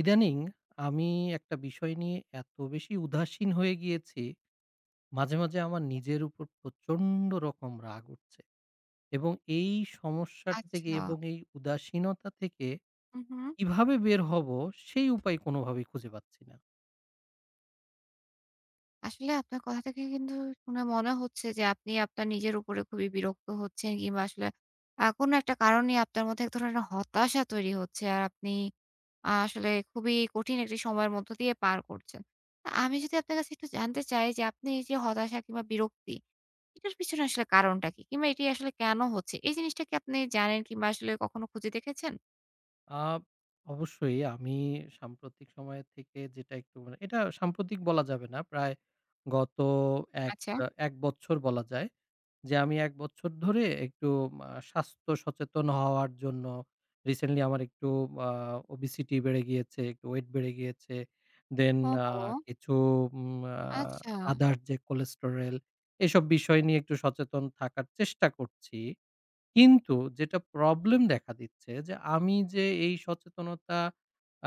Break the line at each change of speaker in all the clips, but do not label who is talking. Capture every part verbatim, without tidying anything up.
ইদানিং আমি একটা বিষয় নিয়ে এত বেশি উদাসীন হয়ে গিয়েছি, মাঝে, মাঝে আমার নিজের উপর প্রচন্ড রকম রাগ উঠছে। এবং এই সমস্যাটা থেকে
আচ্ছা।
এবং এই উদাসীনতা থেকে
হুম, হুম।
কিভাবে বের হবো সেই উপায় কোনোভাবেই খুঁজে পাচ্ছি না।
আসলে আপনার কথা থেকে কিন্তু শুনে মনে হচ্ছে যে আপনি আপনার নিজের উপরে খুবই বিরক্ত হচ্ছেন কিংবা আসলে আ কোনো একটা কারণে আপনার মধ্যে এক ধরনের হতাশা তৈরি হচ্ছে। আর আপনি আ আসলে খুবই কঠিন একটি সময়ের মধ্য দিয়ে পার করছেন। আ আমি যদি আপনার কাছে একটু জানতে চাই যে আপনি এই যে হতাশা কিংবা বিরক্তি, এটার পিছনে আসলে কারণটা কি? কিংবা এটি আসলে কেন হচ্ছে? এই জিনিসটা কি আপনি জানেন কিংবা আসলে কখনো খুঁজে দেখেছেন?
আ অবশ্যই আমি সাম্প্রতিক সময় থেকে যেটা একটু মানে এটা সাম্প্রতিক বলা যাবে না। প্রায় গত এক
আচ্ছা।
১ বছর বলা যায়। যে আমি এক বছর ধরে একটু আ স্বাস্থ্য সচেতন হওয়ার জন্য রিসেন্টলি আমার একটু আ ওবেসিটি বেড়ে গিয়েছে, একটু ওয়েট বেড়ে গিয়েছে। দেন আ
ওহো!
কিছু উম আ
আচ্ছা।
আদার্স যে কোলেস্টেরল এসব বিষয় নিয়ে একটু সচেতন থাকার চেষ্টা করছি। কিন্তু যেটা প্রবলেম দেখা দিচ্ছে যে আমি যে এই সচেতনতা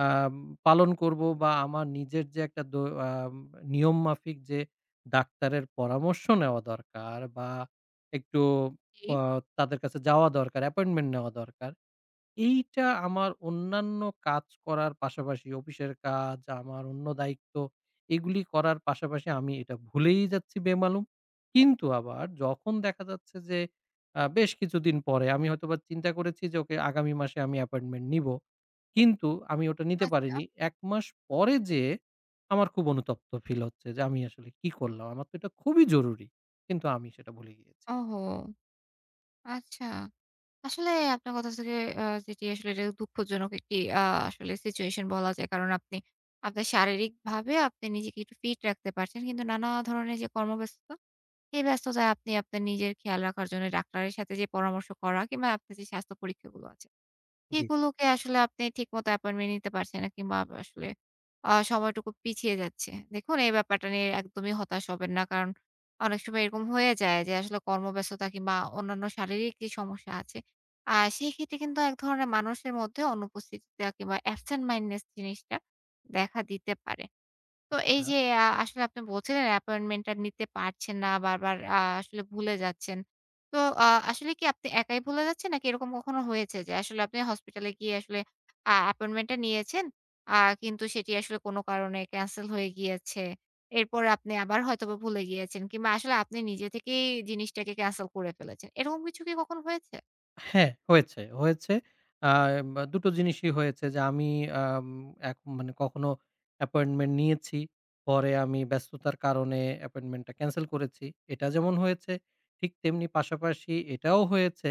আম পালন করব বা আমার নিজের যে একটা দ আম নিয়ম মাফিক যে ডাক্তারের পরামর্শ নেওয়া দরকার বা একটু
জি।
প তাদের কাছে যাওয়া দরকার, অ্যাপয়েন্টমেন্ট নেওয়া দরকার। এইটা আমার অন্যান্য কাজ করার পাশাপাশি অফিসের কাজ, আমার অন্য দায়িত্ব এগুলি করার পাশাপাশি আমি এটা ভুলেই যাচ্ছি বেমালুম। কিন্তু আবার যখন দেখা যাচ্ছে যে আ বেশ কিছুদিন পরে আমি হয়তোবা চিন্তা করেছি যে ওকে আগামী মাসে আমি অ্যাপয়েন্টমেন্ট নিবো। কিন্তু আমি ওটা নিতে
আচ্ছা।
পারিনি। এক মাস পরে যেয়ে আমার খুব অনুতপ্ত ফিল হচ্ছে যে আমি আসলে কি করলাম? আমার তো এটা খুবই জরুরি। কিন্তু আমি সেটা ভুলে গিয়েছি।
ওহো! আচ্ছা। আসলে আপনার কথা থেকে আ যেটি আসলে এটা দুঃখজনক একটি আ আসলে সিচুয়েশন বলা যায়। কারণ আপনি আপনার শারীরিকভাবে আপনি নিজেকে একটু ফিট রাখতে পারছেন। কিন্তু নানা ধরনের যে কর্মব্যস্ততা, এই ব্যস্ততায় আপনি আপনার নিজের খেয়াল রাখার জন্য ডাক্তারের সাথে যে পরামর্শ করা কিংবা আপনার যে স্বাস্থ্য পরীক্ষাগুলো আছে
জি।
সেগুলোকে আসলে আপনি ঠিকমতো অ্যাপয়েন্টমেন্ট নিতে পারছেন না কিংবা আব আসলে আ সময়টুকু পিছিয়ে যাচ্ছে। দেখুন এই ব্যাপারটা নিয়ে একদমই হতাশ হবেন না। কারণ অনেক সময় এরকম হয়ে যায় যে আসলে কর্মব্যস্ততা কিংবা অন্যান্য শারীরিক যে সমস্যা আছে, আ সেই ক্ষেত্রে কিন্তু এক ধরনের মানুষের মধ্যে অনুপস্থিতিটা কিংবা absent mindedness জিনিসটা দেখা দিতে পারে। তো এই যে আ আসলে আপনি বলছিলেন অ্যাপয়েন্টমেন্ট টা নিতে পারছেন না, বারবার আ আসলে ভুলে যাচ্ছেন। তো আ আসলে কি আপনি একাই ভুলে যাচ্ছেন? নাকি এরকম কখনো হয়েছে যে আসলে আপনি হসপিটালে গিয়ে আসলে আ অ্যাপয়েন্টমেন্ট টা নিয়েছেন, আ কিন্তু সেটি আসলে কোনো কারণে ক্যানসেল হয়ে গিয়েছে। এরপর আপনি আবার হয়তোবা ভুলে গিয়েছেন কিংবা আসলে আপনি নিজে থেকেই জিনিসটাকে ক্যানসেল করে ফেলেছেন। এরকম কিছু কি কখনো হয়েছে?
হ্যাঁ, হয়েছে, হয়েছে। আ বা দুই টো জিনিসই হয়েছে যে আমি আম এক মানে কখনো অ্যাপয়েন্টমেন্ট নিয়েছি। পরে আমি ব্যস্ততার কারণে অ্যাপয়েন্টমেন্টটা ক্যানসেল করেছি। এটা যেমন হয়েছে, ঠিক তেমনি পাশাপাশি এটাও হয়েছে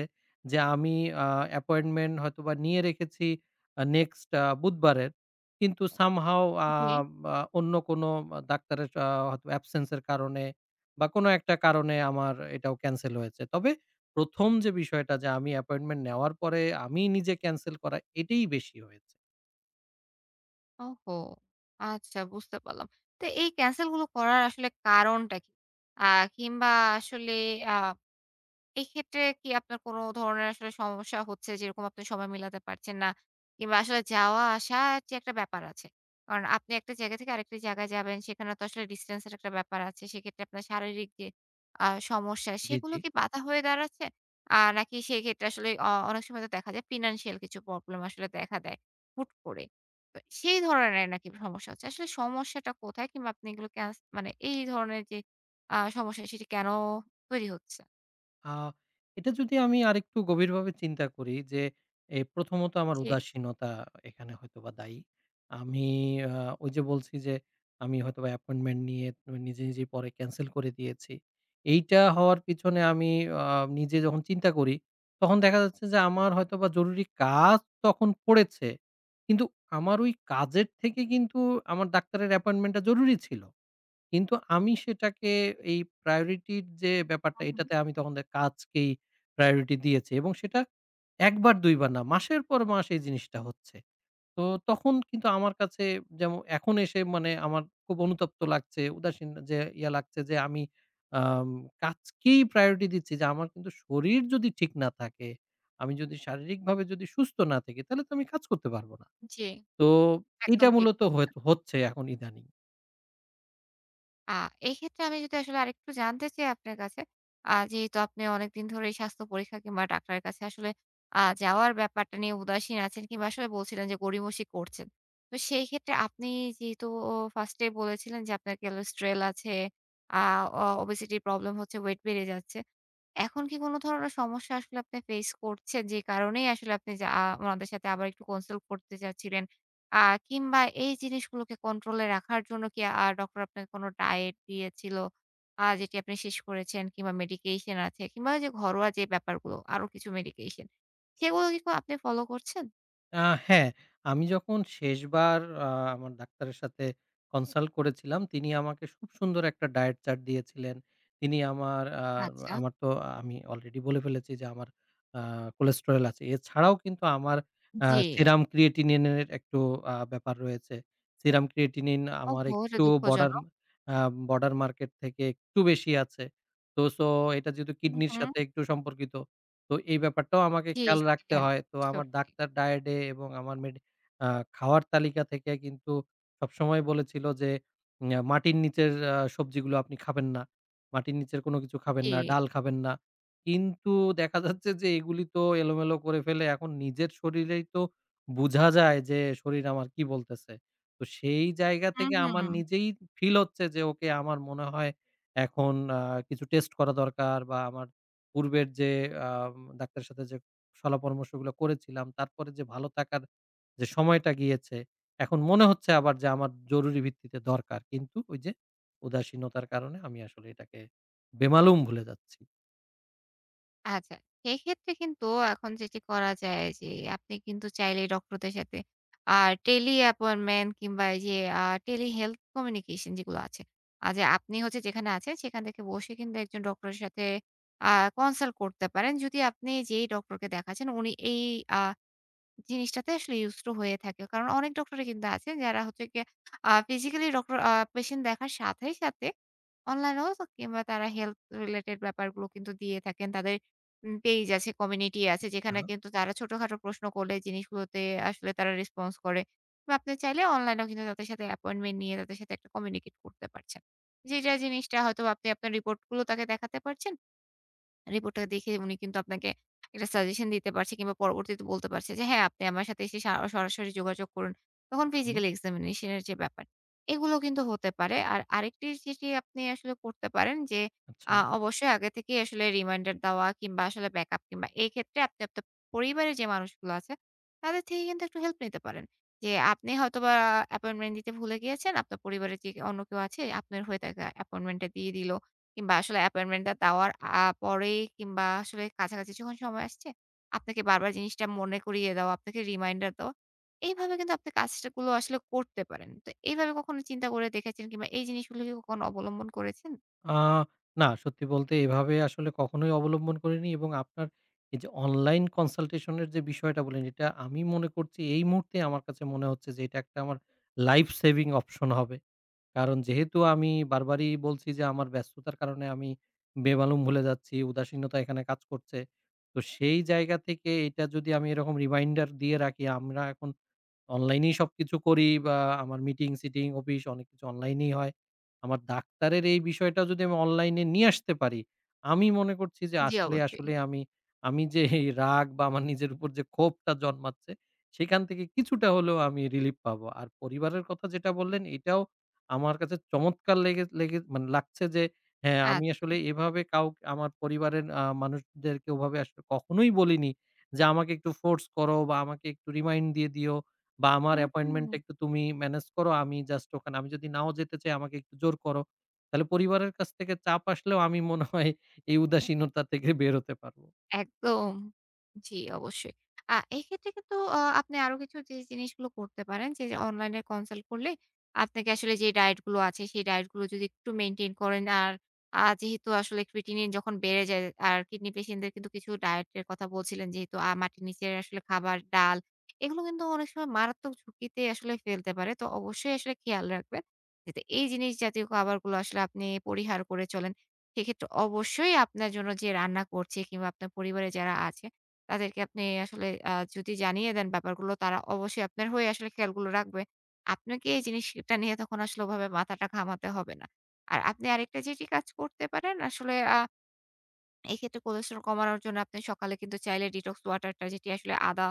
যে আমি আ অ্যাপয়েন্টমেন্ট হয়তোবা নিয়ে রেখেছি আ নেক্সট আ বুধবারের। কিন্তু somehow আ বা অন্য কোনো আ ডাক্তারের আ হয়তো অ্যাবসেন্স এর কারণে বা কোনো একটা কারণে আমার এটাও ক্যানসেল হয়েছে। তবে ১ম যে বিষয়টা যে আমি অ্যাপয়েন্টমেন্ট নেওয়ার পরে আমি নিজে ক্যানসেল করা, এটাই বেশি হয়েছে।
ওহো! আচ্ছা, বুঝতে পারলাম। তো এই ক্যানসেল গুলো করার আসলে কারণটা কি? আ কিংবা আসলে আ এক্ষেত্রে কি আপনার কোন ধরনের আসলে সমস্যা হচ্ছে? যেরকম আপনি সময় মিলাতে পারছেন না কিংবা আসলে যাওয়া-আসার যে একটা ব্যাপার আছে। কারণ আপনি একটা জায়গা থেকে আরেকটি জায়গায় যাবেন, সেখানে তো আসলে ডিসট্যান্স এর একটা ব্যাপার আছে। সেক্ষেত্রে আপনার শারীরিক যে আ সমস্যা,
জি,
সেগুলো
জি।
কি বাধা হয়ে দাঁড়াচ্ছে? আ নাকি সেক্ষেত্রে আসলে অ অনেক সময় তো দেখা যায় ফিন্যান্সিয়াল কিছু প্রবলেম আসলে দেখা দেয় হুট করে। তো সেই ধরনের নাকি সমস্যা হচ্ছে? আসলে সমস্যাটা কোথায়? কিংবা আপনি এগুলো ক্যাস মানে এই ধরনের যে আ সমস্যা, সেটি কেন তৈরি হচ্ছে?
আ এটা যদি আমি আরেকটু গভীরভাবে চিন্তা করি যে, এ প্রথমত আমার
জি।
উদাসীনতা এখানে হয়তোবা দায়ী। আমি আ ওই যে বলছি যে, আমি হয়তোবা অ্যাপয়েন্টমেন্ট নিয়ে নিজে, নিজেই পরে ক্যানসেল করে দিয়েছি। এইটা হওয়ার পিছনে আমি আ নিজে যখন চিন্তা করি, তখন দেখা যাচ্ছে যে আমার হয়তোবা জরুরি কাজ তখন পড়েছে। কিন্তু আমার ওই কাজের থেকে কিন্তু আমার ডাক্তারের অ্যাপয়েন্টমেন্টটা জরুরি ছিল। কিন্তু আমি সেটাকে এই প্রায়োরিটির যে ব্যাপারটা
হুম, হুম।
এটাতে আমি তখন দে কাজকেই প্রায়োরিটি দিয়েছি এবং সেটা এক বার দুই বার না মাসের পর মাস এই জিনিসটা হচ্ছে। তো তখন কিন্তু আমার কাছে যেমন এখন এসে মানে আমার খুব অনুতপ্ত লাগছে, উদাসীন যে ইয়া লাগছে যে আমি আম কাজকেই প্রায়োরিটি দিচ্ছি যে আমার কিন্তু শরীর যদি ঠিক না থাকে, আমি যদি শারীরিকভাবে যদি সুস্থ না থাকি তাহলে তো আমি কাজ করতে পারব না।
জি,
তো
একদম
এটা
ঠিক
মূলত হয়ে
বলেছেন।
হচ্ছে এখন ইদানিং।
আ এক্ষেত্রে আমি যদি আসলে আরেকটু জানতে চাই আপনার কাছে, আ যেহেতু আপনি অনেকদিন ধরেই স্বাস্থ্য পরীক্ষা কিংবা ডাক্তারের কাছে আসলে আ যাওয়ার ব্যাপারটা নিয়ে উদাসীন আছেন কিংবা আসলে বলছিলেন যে গড়িমসি করছেন। তো সেই ক্ষেত্রে আপনি যেহেতু ও ফার্স্ট এই বলেছিলেন যে আপনার cholesterol আছে, আ অ obesity প্রবলেম হচ্ছে, ওয়েট বেড়ে যাচ্ছে। এখন কি কোন ধরনের সমস্যা আসলে আপনি ফেস করছেন যে কারণেই আসলে আপনি যা আ উনাদের সাথে আবার একটু কনসাল্ট করতে চাচ্ছিলেন? আ কিংবা এই জিনিসগুলোকে কন্ট্রোল এ রাখার জন্য কি আ ডক্টর আপনাকে কোনো ডায়েট দিয়েছিল? আ যেটি আপনি শেষ করেছেন কিংবা মেডিকেশন আছে কিংবা ওই যে ঘরোয়া যে ব্যাপারগুলো আরো কিছু মেডিকেশন সেগুলো কি ক আপনি ফলো করছেন?
আ হ্যাঁ, আমি যখন শেষবার আ আমার ডাক্তারের সাথে কনসাল্ট করেছিলাম, তিনি আমাকে খুব সুন্দর একটা ডায়েট চার্ট দিয়েছিলেন। তিনি আমার আ
আচ্ছা।
আমার তো আমি অলরেডি বলে ফেলেছি যে আমার আ কোলেস্টেরল আছে। এছাড়াও কিন্তু আমার আ
জি।
সেরাম ক্রিয়েটিনিন এর একটু আ ব্যাপার রয়েছে। সেরাম ক্রিয়েটিনিন আমার
ওহো! এটা
একটু বর্ডার
দুঃখজনক।
আ বর্ডার মার্কেট থেকে একটু বেশি আছে। তো সো এটা যেহেতু
হু,
কিডনির
হু।
সাথে একটু সম্পর্কিত। তো এই ব্যাপারটাও আমাকে
জি,
খেয়াল রাখতে
সেটাই।
হয়। তো
বুঝতে
আমার
পারছি।
ডাক্তার ডায়েটে এবং আমার মেড আ খাওয়ার তালিকা থেকে কিন্তু সবসময় বলেছিল যে, উম আ মাটির নিচের আ সবজিগুলো আপনি খাবেন না। মাটির নিচের কোনো কিছু খাবেন
জি।
না, ডাল খাবেন না। কিন্তু দেখা যাচ্ছে যে এগুলি তো এলোমেলো করে ফেলে এখন নিজের শরীরেই তো বুঝা যায় যে শরীর আমার কি বলতেছে। তো সেই জায়গা
হু,
থেকে
হু।
আমার নিজেই ফিল হচ্ছে যে ওকে আমার মনে হয় এখন আ কিছু টেস্ট করা দরকার বা আমার পূর্বের যে আম ডাক্তারের সাথে যে সলা পরামর্শগুলো করেছিলাম, তারপরে যে ভালো থাকার যে সময়টা গিয়েছে, এখন মনে হচ্ছে আবার যে আমার জরুরি ভিত্তিতে দরকার। কিন্তু ওই যে উদাসীনতার কারণে আমি আসলে এটাকে বেমালুম ভুলে যাচ্ছি।
আচ্ছা। সেক্ষেত্রে কিন্তু এখন যেটি করা যায় যে আপনি কিন্তু চাইলে ডক্টরদের সাথে আ টেলি অ্যাপয়েন্টমেন্ট কিংবা এই যে আ টেলি হেলথ কমিউনিকেশন যেগুলো আছে। আ যে আপনি হচ্ছে যেখানে আছেন সেখান থেকে বসে কিন্তু একজন ডক্টরের সাথে আ কনসাল্ট করতে পারেন। যদি আপনি যেই ডক্টরকে দেখাচ্ছেন উনি এই আ জিনিসটাতে আসলে হিংস্র হয়ে থাকে। কারণ অনেক ডক্টরই কিন্তু আছেন যারা হচ্ছে গিয়ে আ ফিজিক্যালি ডক্টর আ পেশেন্ট দেখার সাথে, সাথে অনলাইনেও কিংবা তারা হেলথ রিলেটেড ব্যাপারগুলো কিন্তু দিয়ে থাকেন। তাদের উম পেইজ আছে, কমিউনিটি আছে যেখানে
আচ্ছা,
কিন্তু তারা ছোটখাটো প্রশ্ন করলে জিনিসগুলোতে আসলে তারা রেসপন্স করে। বা আপনি চাইলে অনলাইনেও কিন্তু তাদের সাথে অ্যাপয়েন্টমেন্ট নিয়ে তাদের সাথে একটা কমিউনিকেট করতে পারছেন। যেটা জিনিসটা হয়তো আপনি আপনার রিপোর্ট গুলো তাকে দেখাতে পারছেন। রিপোর্টটা দেখে উনি কিন্তু আপনাকে একটা সাজেশন দিতে পারছে কিংবা পরবর্তীতে বলতে পারছে যে, "হ্যাঁ, আপনি আমার সাথে এসে সা সরাসরি যোগাযোগ করুন।" তখন
হুম,
ফিজিক্যাল এক্সামিনেশন এর যে ব্যাপার, এগুলো কিন্তু হতে পারে। আর আরেকটি যেটি আপনি আসলে করতে পারেন যে,
আচ্ছা।
আ অবশ্যই আগে থেকেই আসলে রিমাইন্ডার দেওয়া কিংবা আসলে ব্যাকআপ কিংবা এই ক্ষেত্রে আপনি আপনার পরিবারের যে মানুষগুলো আছে, তাদের থেকে কিন্তু একটু হেল্প নিতে পারেন। যে আপনি হয়তোবা অ্যাপয়েন্টমেন্ট দিতে ভুলে গিয়েছেন, আপনার পরিবারের যে অন্য কেউ আছে, আপনার হয়ে তাকে অ্যাপয়েন্টমেন্টটা দিয়ে দিল। কিংবা আসলে অ্যাপয়েন্টমেন্টটা দেওয়ার আ পরেই কিংবা আসলে কাছাকাছি যখন সময় আসছে, আপনাকে বারবার জিনিসটা মনে করিয়ে দেওয়া, আপনাকে রিমাইন্ডার দেওয়া। এইভাবে কিন্তু আপনি কাজটাগুলো আসলে করতে পারেন। তো এইভাবে কখনো চিন্তা করে দেখেছেন কিংবা এই জিনিসগুলো কি কখনো অবলম্বন করেছেন?
আ না সত্যি বলতে এভাবে আসলে কখনোই অবলম্বন করিনি এবং আপনার এই যে অনলাইন কনসালটেশন এর যে বিষয়টা বললেন, এটা আমি মনে করছি এই মুহূর্তে আমার কাছে মনে হচ্ছে যে এটা একটা আমার লাইফ সেভিং অপশন হবে। কারণ যেহেতু আমি বারবারই বলছি যে আমার ব্যস্ততার কারণে আমি বেমালুম ভুলে যাচ্ছি, উদাসীনতা এখানে কাজ করছে। তো সেই জায়গা থেকে এটা যদি আমি এরকম রিমাইন্ডার দিয়ে রাখি আমরা এখন অনলাইনেই সবকিছু করি বা আমার মিটিং-সিটিং, অফিস অনেক কিছু অনলাইনেই হয়। আমার ডাক্তারের এই বিষয়টা যদি আমি অনলাইনে নিয়ে আসতে পারি, আমি মনে করছি যে
জি,
আসলে,
অবশ্যই।
আসলে আমি, আমি যে এই রাগ বা আমার নিজের উপর যে ক্ষোভটা জন্মাচ্ছে, সেখান থেকে কিছুটা হলেও আমি রিলিফ পাবো। আর পরিবারের কথা যেটা বললেন, এটাও আমার কাছে চমৎকার লেগে লেগে মানে লাগছে যে হ্যাঁ, আমি
আচ্ছা।
আসলে এভাবে কাউকে আমার পরিবারের আ মানুষদেরকে ওভাবে আসলে কখনোই বলিনি যে, "আমাকে একটু ফোর্স করো বা আমাকে একটু রিমাইন্ড দিয়ে দিও।" বা আমার
হুম, হুম।
অ্যাপয়েন্টমেন্টটা একটু তুমি ম্যানেজ করো। আমি জাস্ট ওখানে আমি যদি নাও যেতে চাই আমাকে একটু জোর করো। তাহলে পরিবারের কাছ থেকে চাপ আসলেও আমি মনে হয় এই উদাসীনতা থেকে বের হতে পারবো।
একদম। জি, অবশ্যই। আ এক্ষেত্রে কিন্তু আ আপনি আরো কিছু যে জিনিসগুলো করতে পারেন যে অনলাইনে কনসাল্ট করলে আপনাকে আসলে যে ডায়েট গুলো আছে সেই ডায়েট গুলো যদি একটু মেইনটেইন করেন আর আ যেহেতু আসলে ক্রিয়েটিনিন যখন বেড়ে যায় আর কিডনি পেশেন্টদের কিন্তু কিছু ডায়েটের কথা বলছিলেন যেহেতু আ মাটির নিচের আসলে খাবার, ডাল এগুলো কিন্তু অনেক সময় মারাত্মক ঝুঁকিতে আসলে ফেলতে পারে। তো অবশ্যই আসলে খেয়াল রাখবেন যাতে এই জিনিস জাতীয় খাবারগুলো আসলে আপনি পরিহার করে চলেন। সেক্ষেত্রে অবশ্যই আপনার জন্য যে রান্না করছে কিংবা আপনার পরিবারে যারা আছে, তাদেরকে আপনি আসলে আ যদি জানিয়ে দেন ব্যাপারগুলো, তারা অবশ্যই আপনার হয়ে আসলে খেয়ালগুলো রাখবে। আপনাকে এই জিনিসটা নিয়ে তখন আসলে ওভাবে মাথাটা ঘামাতে হবে না। আর আপনি আরেকটা যেটি কাজ করতে পারেন আসলে আ এক্ষেত্রে কোলেস্টেরল কমানোর জন্য আপনি সকালে কিন্তু চাইলে ডিটক্স ওয়াটারটা যেটি আসলে আদা,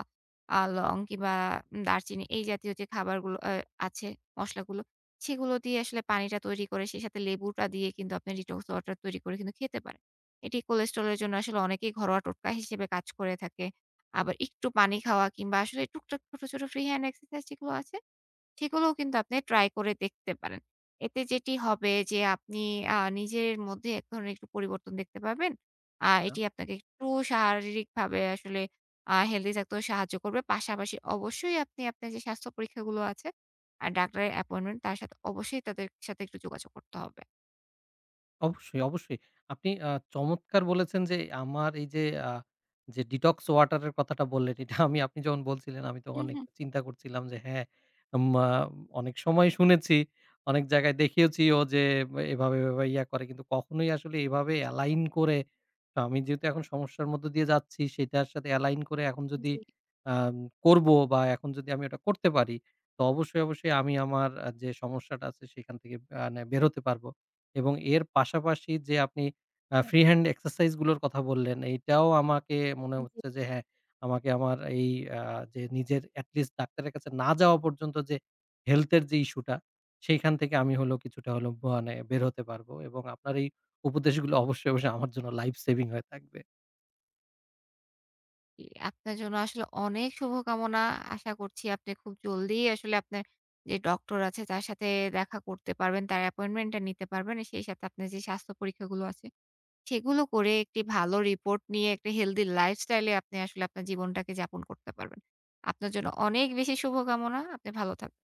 আ লং কিংবা উম, দারচিনি এই জাতীয় যে খাবারগুলো আ আছে মসলাগুলো, সেগুলো দিয়ে আসলে পানিটা তৈরি করে সেই সাথে লেবুটা দিয়ে কিন্তু আপনি ডিটক্স ওয়াটার তৈরি করে কিন্তু খেতে পারেন। এটি কোলেস্টেরলের জন্য আসলে অনেকেই ঘরোয়া টোটকা হিসেবে কাজ করে থাকে। আবার একটু পানি খাওয়া কিংবা আসলে টুকটাক ছোট, ছোট ফ্রি হ্যান্ড এক্সারসাইজ যেগুলো আছে সেগুলোও কিন্তু আপনি ট্রাই করে দেখতে পারেন। এতে যেটি হবে যে আপনি আ নিজের মধ্যে এক ধরনের একটু পরিবর্তন দেখতে পাবেন। আ
আচ্ছা।
এটি আপনাকে একটু শারীরিকভাবে আসলে আ হেলদি থাকতেও সাহায্য করবে। পাশাপাশি অবশ্যই আপনি আপনার যে স্বাস্থ্য পরীক্ষাগুলো আছে, আর ডাক্তারের অ্যাপয়েন্টমেন্ট তার সাথে অবশ্যই তাদের সাথে একটু যোগাযোগ করতে হবে।
অবশ্যই, অবশ্যই। আপনি আ চমৎকার বলেছেন যে আমার এই যে আ যে ডিটক্স ওয়াটার এর কথাটা বললেন এটা আমি আপনি যখন বলছিলেন আমি তো
হুম,
অনেক
হুম।
চিন্তা করছিলাম যে হ্যাঁ, মা অনেক সময় শুনেছি, অনেক জায়গায় দেখিয়েছিও যে এভাবে, এভাবে ইয়া করে। কিন্তু কখনোই আসলে এভাবে অ্যালাইন করে তো আমি যেহেতু এখন সমস্যার মধ্য দিয়ে যাচ্ছি সেটার সাথে অ্যালাইন করে এখন যদি
জি,
আম করব বা এখন যদি আমি ওটা করতে পারি তো অবশ্যই, অবশ্যই আমি আমার আ যে সমস্যাটা আছে সেখান থেকে আ মানে বেরোতে পারব। এবং এর পাশাপাশি যে আপনি আ ফ্রি হ্যান্ড এক্সারসাইজ গুলোর কথা বললেন, এইটাও আমাকে মনে
জি।
হচ্ছে যে হ্যাঁ, আমাকে আমার এই আ যে নিজের এটলিস্ট ডাক্তারের কাছে না যাওয়া পর্যন্ত যে হেলথ এর যে ইস্যুটা, সেইখান থেকে আমি হলেও কিছুটা হলেও মানে বের হতে পারবো এবং আপনার এই উপদেশগুলো অবশ্যই, অবশ্যই আমার জন্য লাইফ সেভিং হয়ে থাকবে।
জি, আপনার জন্য আসলে অনেক শুভকামনা। আশা করছি আপনি খুব জলদি আসলে আপনার যে ডক্টর আছে তার সাথে দেখা করতে পারবেন, তার অ্যাপয়েন্টমেন্টটা নিতে পারবেন। সেই সাথে আপনার যে স্বাস্থ্য পরীক্ষাগুলো আছে সেগুলো করে একটি ভালো রিপোর্ট নিয়ে একটা হেলথি লাইফস্টাইল এ আপনি আসলে আপনার জীবনটাকে যাপন করতে পারবেন। আপনার জন্য অনেক বেশি শুভকামনা। আপনি ভালো থাকবেন।